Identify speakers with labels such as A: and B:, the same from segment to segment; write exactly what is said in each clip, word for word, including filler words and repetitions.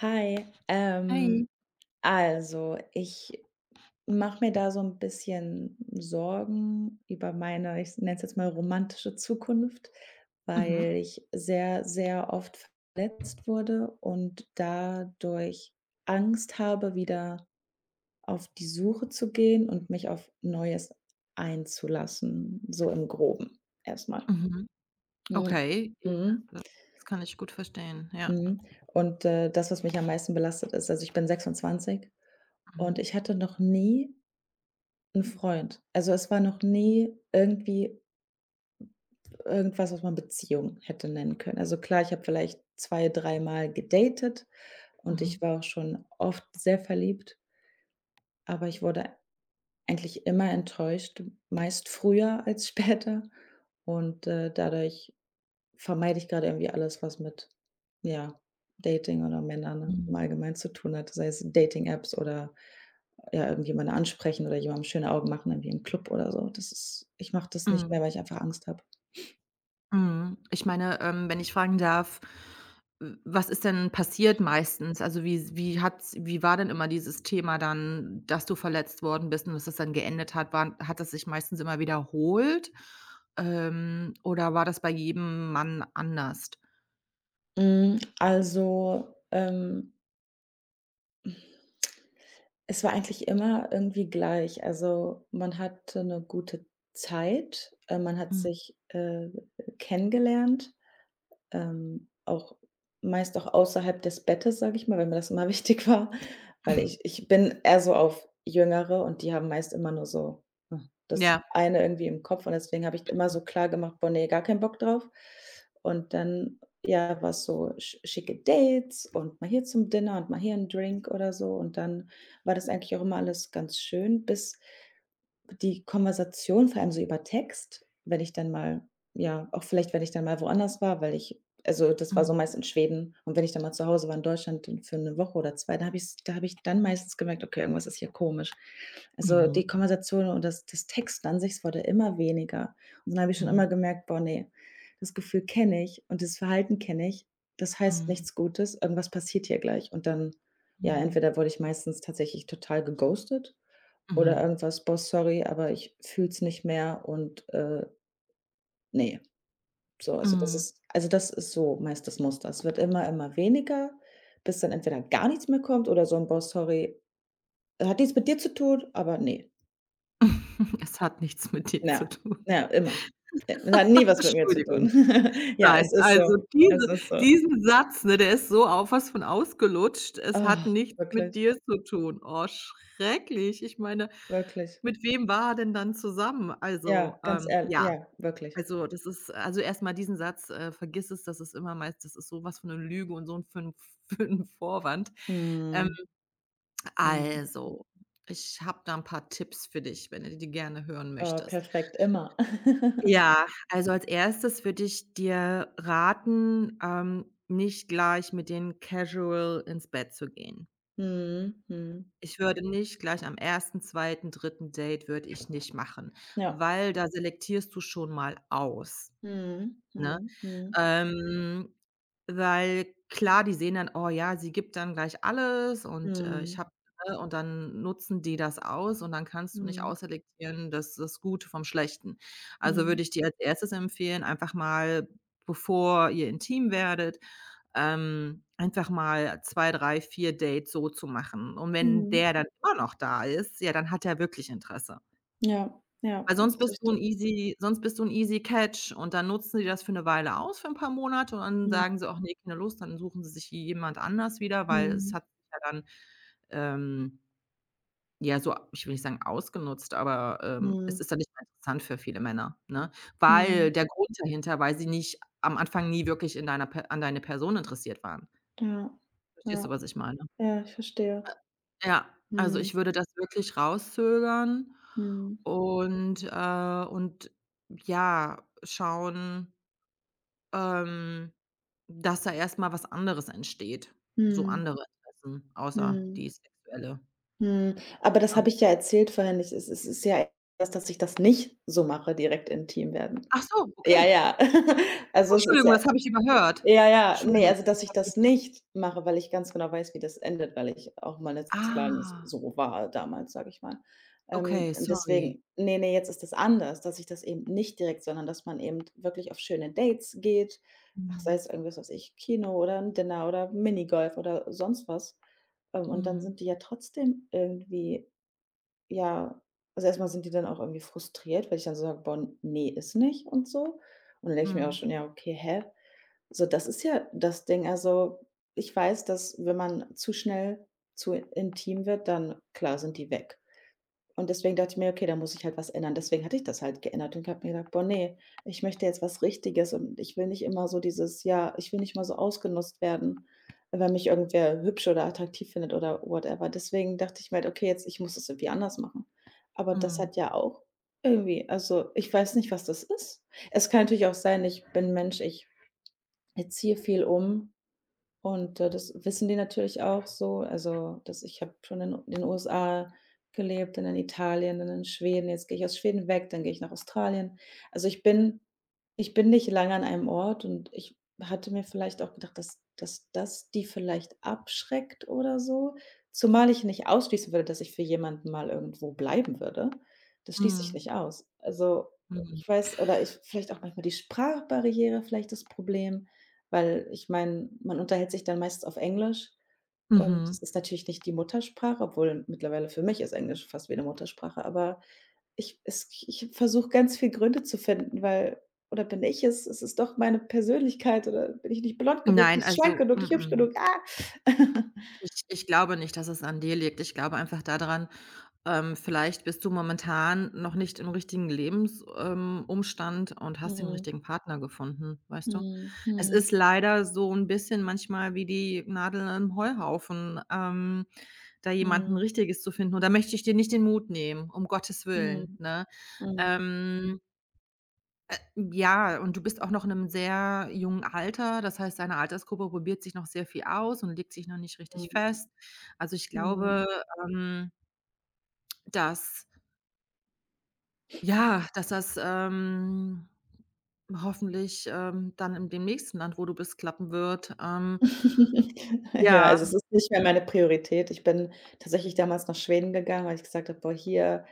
A: Hi,
B: Hi.
A: ähm, also ich mache mir da so ein bisschen Sorgen über meine, ich nenne es jetzt mal romantische Zukunft, weil
B: Mhm,
A: ich sehr, sehr oft verletzt wurde und dadurch Angst habe, wieder auf die Suche zu gehen und mich auf Neues einzulassen, so im Groben erstmal.
B: mhm.
A: Mhm.
B: Okay. Ja,
A: Mhm.
B: ja, das kann ich gut verstehen. Ja.
A: Mhm. Und, äh, das, was mich am meisten belastet, ist also, ich bin sechsundzwanzig. Und
B: Mhm,
A: ich hatte noch nie 'n Freund. Also, es war noch nie irgendwie irgendwas, was man Beziehung hätte nennen können. Also, klar, ich habe vielleicht zwei, dreimal gedatet und
B: mhm,
A: ich war auch schon oft sehr verliebt, aber ich wurde eigentlich immer enttäuscht, meist früher als später. Und, äh, dadurch vermeide ich gerade irgendwie alles, was mit, ja, Dating oder Männern im
B: mhm,
A: Allgemeinen zu tun hat, sei es Dating-Apps oder, ja, irgendjemanden ansprechen oder jemandem schöne Augen machen irgendwie im Club oder so. Das ist Ich mache das nicht
B: mhm,
A: mehr, weil ich einfach Angst habe.
B: mhm. Ich meine, ähm, wenn ich fragen darf, w was ist denn passiert meistens? Also, wie s wie hat's wie war denn immer dieses Thema dann, dass du verletzt worden bist und dass das dann geendet hat? War hat das sich meistens immer wiederholt? Ähm, oder war das bei jedem Mann anders?
A: Hm, also, ähm, es war eigentlich immer irgendwie gleich. Also, man hatte eine gute Zeit, äh, man hat
B: Mhm.
A: sich, äh, kennengelernt. Ähm, auch meist auch außerhalb des Bettes, sage ich mal, weil mir das immer wichtig war, weil ich ich bin eher so auf Jüngere, und die haben meist immer nur so, hm, das
B: Ja.
A: eine irgendwie im Kopf, und deswegen habe ich immer so klargemacht: „Boah, ne, gar keinen Bock drauf.“ Und dann, ja, war's so sch schicke Dates und mal hier zum Dinner und mal hier 'n Drink oder so, und dann war das eigentlich auch immer alles ganz schön, bis die Konversation, vor allem so über Text, wenn ich dann mal, ja, auch vielleicht, wenn ich dann mal woanders war, weil ich, also, das war so
B: Mhm.
A: meist in Schweden, und wenn ich dann mal zu Hause war in Deutschland dann für eine Woche oder zwei, da habe ich da habe ich dann meistens gemerkt: „Okay, irgendwas ist hier komisch.“ Also,
B: Mhm.
A: die Konversation und das das Texten an sich, es wurde immer weniger. Und dann habe ich schon immer
B: Mhm.
A: gemerkt: „Boah, ne, das Gefühl kenne ich und das Verhalten kenne ich. Das heißt
B: Mhm.
A: nichts Gutes, irgendwas passiert hier gleich.“ Und dann, ja,
B: Mhm.
A: entweder wurde ich meistens tatsächlich total geghostet oder
B: Mhm.
A: irgendwas: „Boss, sorry, aber ich fühle nicht mehr und, äh, ne.“ So, also das
B: Mhm.
A: ist also das ist so meist das Muster. Es wird immer, immer weniger, bis dann entweder gar nichts mehr kommt oder so 'n: „Boss, sorry, hat nichts mit dir zu tun, aber ne.“
B: Es hat nichts mit dir zu
A: Ja,
B: tun.
A: ja, immer. Äh, hat nie was mit mir zu
B: Entschuldigung.
A: tun. Ja,
B: Nein,
A: es ist so.
B: also
A: Es
B: diese
A: ist so.
B: diesen Satz, ne, der ist so auf was von ausgelutscht. Es hat
A: Oh,
B: nichts
A: wirklich,
B: mit dir zu tun. Oh, schrecklich. Ich meine,
A: wirklich.
B: mit wem war er denn dann zusammen? Also,
A: Ja, ganz
B: ähm,
A: ehrl,
B: ja,
A: ja, wirklich.
B: also das ist also erst mal diesen Satz, äh: „Vergiss es“, das ist immer meist das ist so was von 'ne Lüge und so 'n für 'n für 'n Vorwand. Ähm,
A: Mhm, mhm.
B: also, ich habe da 'n paar Tipps für dich, wenn du die gerne hören
A: Oh,
B: möchtest.
A: perfekt, immer.
B: Ja, also als Erstes würde ich dir raten, ähm, nicht gleich mit den Casual ins Bett zu gehen.
A: Mhm, mhm.
B: Ich würde nicht gleich am ersten, zweiten, dritten Date würde ich nicht machen,
A: Ja.
B: weil da selektierst du schon mal aus,
A: Mhm,
B: ne?
A: mhm, mhm,
B: Ähm, Weil klar, die sehen dann: „Oh ja, sie gibt dann gleich alles und, äh, ich
A: mhm,
B: habe.“ Ne, und dann nutzen die das aus und dann kannst du nicht
A: mhm,
B: ausselektieren, das das Gute vom Schlechten. Also,
A: mhm,
B: würde ich dir als Erstes empfehlen, einfach mal, bevor ihr intim werdet, ähm, einfach mal zwei, drei, vier Dates so zu machen. Und wenn
A: mhm.
B: der dann immer noch da ist, ja, dann hat er wirklich Interesse.
A: Ja, ja,
B: Weil
A: das
B: sonst
A: ist
B: bist du 'n
A: richtig.
B: easy sonst bist du 'n easy catch und dann nutzen die das für 'ne Weile aus, für 'n paar Monate und dann
A: Mhm,
B: sagen sie: „Och ne, keine Lust.“ Dann suchen sie sich jemand anders wieder, weil es
A: mhm,
B: hat sich ja dann, ähm, ja, so ich will nicht sagen ausgenutzt, aber, ähm, es
A: mhm,
B: ist dann nicht mehr interessant für viele Männer, ne? Weil
A: mhm.
B: der Grund dahinter Weil sie nicht am Anfang nie wirklich in deiner Per an deine Person interessiert waren.
A: Ja,
B: Verstehst du,
A: ja,
B: was ich meine?
A: ja, ich verstehe.
B: Ja, also
A: Mhm,
B: ich würde das wirklich rauszögern
A: mhm,
B: und, äh und ja, schauen, ähm, dass da erst mal was anderes entsteht. So
A: mhm,
B: andere Interessen, außer
A: mhm,
B: die sexuelle,
A: mhm. Aber das
B: ne?
A: habe ich ja erzählt vorhin. Ich, Es ist es ist ja erst, dass ich das nicht so mache, direkt intim werden.
B: Ach so,
A: Ja,
B: okay.
A: ja.
B: Oh,
A: Also, es ist
B: Entschuldigung,
A: ja
B: das habe ich überhört.
A: Ja, ja, ne,
B: Entschuldigung,
A: also,
B: das
A: dass ich
B: habe ich
A: das nicht mache, weil ich ganz genau weiß, wie das endet, weil ich auch mal 'ne Zeit lang
B: ah,
A: so war damals, sage ich mal. Ähm,
B: okay, sorry.
A: deswegen, ne, ne, jetzt ist das anders, dass ich das eben nicht direkt, sondern dass man eben wirklich auf schöne Dates geht. Ach, sei
B: Mhm,
A: es irgendwas, was weiß ich, Kino oder 'n Dinner oder Minigolf oder sonst was. Ähm, und dann
B: mhm,
A: sind die ja trotzdem irgendwie, ja, also, erst mal sind die dann auch irgendwie frustriert, weil ich dann so sage: „Boah, ne, ist nicht“ und so. Und dann denke ich mir auch
B: mhm,
A: schon: „Ja, okay, hä?“ So, das ist ja das Ding. Also, ich weiß, dass wenn man zu schnell zu intim wird, dann klar, sind die weg. Und deswegen dachte ich mir: „Okay, da muss ich halt was ändern.“ Deswegen hatte ich das halt geändert und habe mir gedacht: „Boah, nee, ich möchte jetzt was Richtiges und ich will nicht immer so dieses, ja, ich will nicht immer so ausgenutzt werden, wenn mich irgendwer hübsch oder attraktiv findet oder whatever.“ Deswegen dachte ich mir halt: „Okay, jetzt, ich muss das irgendwie anders machen.“ Aber das
B: mhm,
A: hat ja auch irgendwie, also, ich weiß nicht, was das ist. Es kann natürlich auch sein, ich bin Mensch, ich jetzt ziehe viel um und, äh, das wissen die natürlich auch so. Also, dass ich, habe schon in den U S A gelebt und in Italien und in Schweden. Jetzt gehe ich aus Schweden weg, dann gehe ich nach Australien. Also, ich bin ich bin nicht lange an einem Ort, und ich hatte mir vielleicht auch gedacht, dass dass das die vielleicht abschreckt oder so, zumal ich nicht ausschließen würde, dass ich für jemanden mal irgendwo bleiben würde. Das schließt sich
B: mhm,
A: nicht aus. Also,
B: mhm,
A: ich weiß, oder ich, vielleicht auch manchmal die Sprachbarriere vielleicht das Problem. Weil ich meine, man unterhält sich dann meistens auf Englisch, und
B: mhm.
A: es ist natürlich nicht die Muttersprache, obwohl mittlerweile für mich ist Englisch fast wie 'ne Muttersprache, aber ich es ich versuche ganz viel Gründe zu finden, weil, oder bin ich es? Ist es doch meine Persönlichkeit oder bin ich nicht blond genug,
B: Nein,
A: nicht schlank
B: also,
A: genug,
B: mm,
A: nicht hübsch
B: mm.
A: genug? Ah.
B: Ich ich glaube nicht, dass es an dir liegt. Ich glaube einfach daran, ähm, vielleicht bist du momentan noch nicht im richtigen Lebensumstand ähm, Umstand und hast den
A: Mhm.
B: richtigen Partner gefunden, weißt du? Es ist
A: Mhm.
B: leider so ein bisschen manchmal wie die Nadel im Heuhaufen, ähm, da jemanden
A: Mhm.
B: Richtiges zu finden. Und da möchte ich dir nicht den Mut nehmen, um Gottes Willen,
A: Mhm.
B: ne?
A: Mhm.
B: Ähm, ja, und du bist auch noch in einem sehr jungen Alter. Das heißt, deine Altersgruppe probiert sich noch sehr viel aus und legt sich noch nicht
A: Mhm.
B: richtig
A: Mhm.
B: fest. Also, ich
A: Mhm.
B: glaube, ähm, dass ja, dass das, ähm, hoffentlich, ähm, dann in dem nächsten Land, wo du bist, klappen wird. Ähm,
A: Ja,
B: ja.
A: also es ist nicht mehr meine Priorität. Ich bin tatsächlich damals nach Schweden gegangen, weil ich gesagt habe: „Boah, hier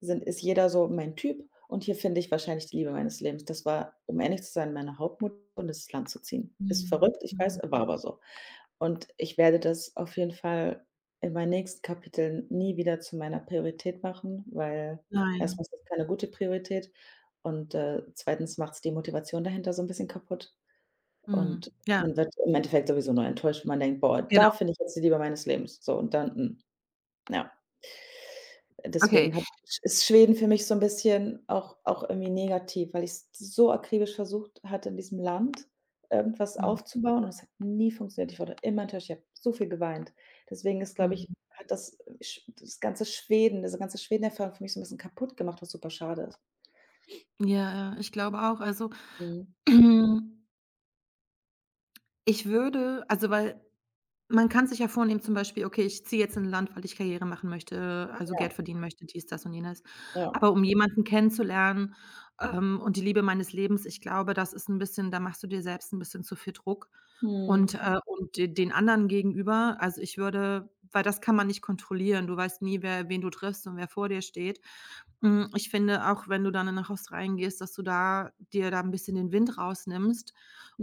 A: sind, ist jeder so mein Typ, und hier finde ich wahrscheinlich die Liebe meines Lebens.“ Das war, um ehrlich zu sein, meine Hauptmotivation, dieses Land zu ziehen. Ist
B: Mhm,
A: verrückt, ich
B: mhm.
A: weiß, war aber so. Und ich werde das auf jeden Fall in meinen nächsten Kapiteln nie wieder zu meiner Priorität machen, weil
B: Nein.
A: erstens ist es keine gute Priorität und, äh, zweitens macht es die Motivation dahinter so ein bisschen kaputt.
B: Mhm.
A: Und
B: Ja,
A: man wird im Endeffekt sowieso nur enttäuscht, wenn man denkt: „Boah, da
B: genau.
A: finde ich jetzt die Liebe meines Lebens.“ So und dann, hm, ja.
B: Okay.
A: Deswegen hat ist Schweden für mich so 'n bisschen auch auch irgendwie negativ, weil ich's so akribisch versucht hatte, in diesem Land irgendwas
B: Mhm,
A: aufzubauen und es hat nie funktioniert. Ich wurde immer enttäuscht, ich habe so viel geweint. Deswegen ist, glaube ich,
B: mhm.
A: hat das sch das ganze Schweden diese ganze Schweden-Erfahrung für mich so 'n bisschen kaputt gemacht, was super schade ist.
B: Ja, ja, ich glaube auch. Also,
A: Mhm.
B: ich würde also, weil man kann sich ja vornehmen, zum Beispiel: „Okay, ich ziehe jetzt in 'n Land, weil ich Karriere machen möchte, also,
A: Ja,
B: Geld verdienen möchte, dies, das und jenes.“
A: ja.
B: Aber um jemanden kennenzulernen, ähm, und die Liebe meines Lebens, ich glaube, das ist 'n bisschen da machst du dir selbst 'n bisschen zu viel Druck
A: Mhm.
B: und, äh und de den anderen gegenüber also, ich würde weil das kann man nicht kontrollieren. Du weißt nie, wer wen du triffst und wer vor dir steht. Hm, ich finde, auch wenn du dann nach Australien gehst, dass du da dir da 'n bisschen den Wind rausnimmst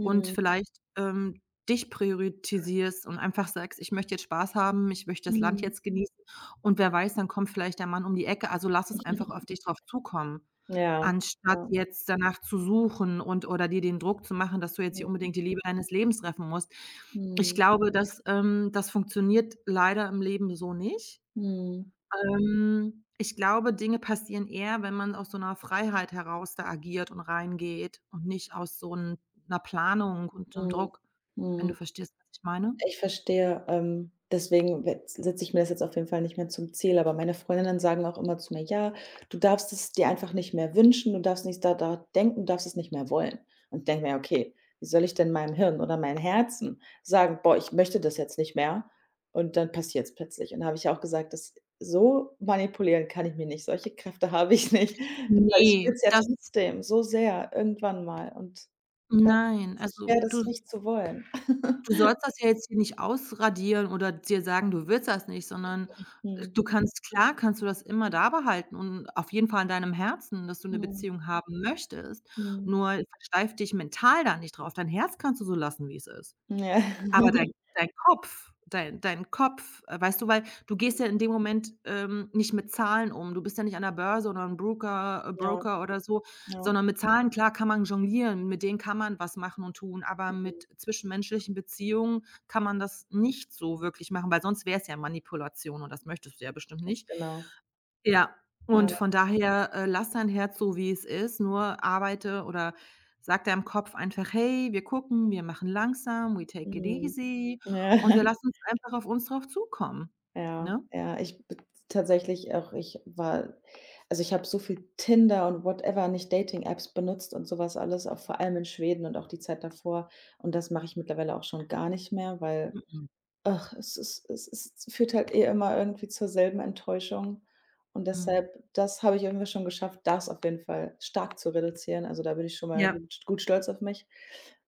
B: und vielleicht, ähm, dich priorisierst und einfach sagst: „Ich möchte jetzt Spaß haben, ich möchte das Land
A: Mhm.
B: jetzt genießen.“ Und wer weiß, dann kommt vielleicht der Mann um die Ecke, also lass es einfach auf dich drauf zukommen,
A: Ja,
B: anstatt
A: ja.
B: jetzt danach zu suchen und oder dir den Druck zu machen, dass du jetzt hier
A: Mhm.
B: unbedingt die Liebe deines Lebens treffen musst. Ich
A: Mhm.
B: glaube, dass ähm, das funktioniert leider im Leben so nicht.
A: Mhm.
B: Ähm, ich glaube, Dinge passieren eher, wenn man aus so 'ner Freiheit heraus da agiert und reingeht und nicht aus so 'n 'ner Planung und 'nem
A: Mhm.
B: Druck, wenn du
A: Mhm.
B: verstehst, was ich meine?
A: Ich verstehe, ähm, deswegen we setze ich mir das jetzt auf jeden Fall nicht mehr zum Ziel, aber meine Freundinnen sagen auch immer zu mir: „Ja, du darfst es dir einfach nicht mehr wünschen, du darfst nicht da da denken, du darfst es nicht mehr wollen.“ Und ich denke mir: „Okay, wie soll ich denn meinem Hirn oder meinem Herzen sagen: ‚Boah, ich möchte das jetzt nicht mehr'?“ Und dann passiert es plötzlich. Und da habe ich ja auch gesagt, das so manipulieren kann ich mir nicht, solche Kräfte habe ich nicht, weil ich
B: Ne,
A: will es ja
B: das
A: trotzdem so sehr irgendwann mal, und
B: Nein,
A: es ist
B: also,
A: schwer,
B: du
A: das nicht zu wollen.
B: du sollst das ja jetzt hier nicht ausradieren oder dir sagen, du willst das nicht, sondern äh,
A: Mhm.
B: du kannst klar kannst du das immer da behalten und auf jeden Fall in deinem Herzen, dass du 'ne
A: Mhm.
B: Beziehung haben möchtest.
A: Mhm.
B: Nur versteif dich mental da nicht drauf. Dein Herz kannst du so lassen, wie es ist.
A: Ja.
B: Aber dein dein Kopf dein dein Kopf, äh, weißt du, weil du gehst ja in dem Moment, ähm, nicht mit Zahlen um. Du bist ja nicht an der Börse oder 'n Broker äh,
A: Ja,
B: Broker oder so,
A: ja.
B: sondern mit Zahlen, klar, kann man jonglieren, mit denen kann man was machen und tun, aber
A: Mhm.
B: mit zwischenmenschlichen Beziehungen kann man das nicht so wirklich machen, weil sonst wäre es ja Manipulation und das möchtest du ja bestimmt
A: Ganz
B: nicht.
A: genau.
B: Ja,
A: Ja.
B: und von daher, äh, lass dein Herz so, wie es ist, nur arbeite oder sag deinem Kopf einfach: „Hey, wir gucken, wir machen langsam, we take it
A: Mhm.
B: easy und
A: Ja.
B: wir lassen es einfach auf uns drauf zukommen“,
A: Ja,
B: ne?
A: ja. Ich b Tatsächlich auch, ich war, also, ich habe so viel Tinder und whatever, nicht, Dating-Apps benutzt und sowas alles, auch vor allem in Schweden und auch die Zeit davor. Und das mache ich mittlerweile auch schon gar nicht mehr, weil,
B: Mhm.
A: ach, es ist es es führt halt eh immer irgendwie zur selben Enttäuschung, und
B: Mhm.
A: deshalb, das habe ich irgendwie schon geschafft, das auf jeden Fall stark zu reduzieren. Also, da bin ich schon mal
B: Ja,
A: gut gut stolz auf mich.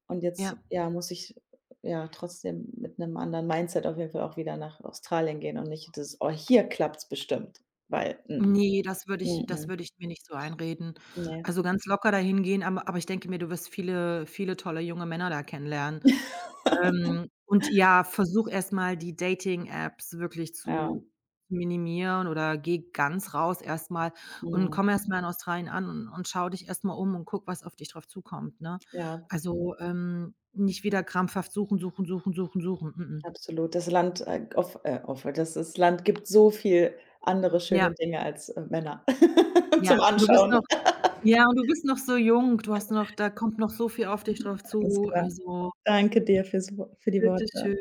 A: Und jetzt,
B: ja.
A: ja, muss ich, ja, trotzdem mit 'nem anderen Mindset auf jeden Fall auch wieder nach Australien gehen und nicht dieses: „Oh, hier klappt's bestimmt“, weil, mm,
B: Ne, das würde ich
A: mm,
B: das
A: mm,
B: würde ich mir nicht so einreden.
A: ne,
B: Also, ganz locker dahin gehen, aber aber ich denke mir, du wirst viele viele tolle junge Männer da kennenlernen. Ähm, und ja, versuch erst mal die Dating-Apps wirklich
A: ja,
B: zu minimieren oder geh ganz raus erst mal und
A: mhm,
B: komm erst mal in Australien an und und schau dich erst mal um und guck, was auf dich drauf zukommt, ne?
A: ja.
B: Also, ähm, nicht wieder krampfhaft suchen, suchen, suchen, suchen, suchen. Mm-mm.
A: Absolut. Das Land, äh, off äh, offen, das das Land gibt so viel andere
B: Ja,
A: schöne Dinge als, äh, Männer
B: ja.
A: zum
B: Du bist 'ne
A: Anschauen.
B: Ja, und du bist noch so jung, du hast noch da kommt noch so viel auf dich drauf
A: Alles
B: zu.
A: klar.
B: Also,
A: Danke dir fürs Wo für die
B: bitte schön.
A: Worte.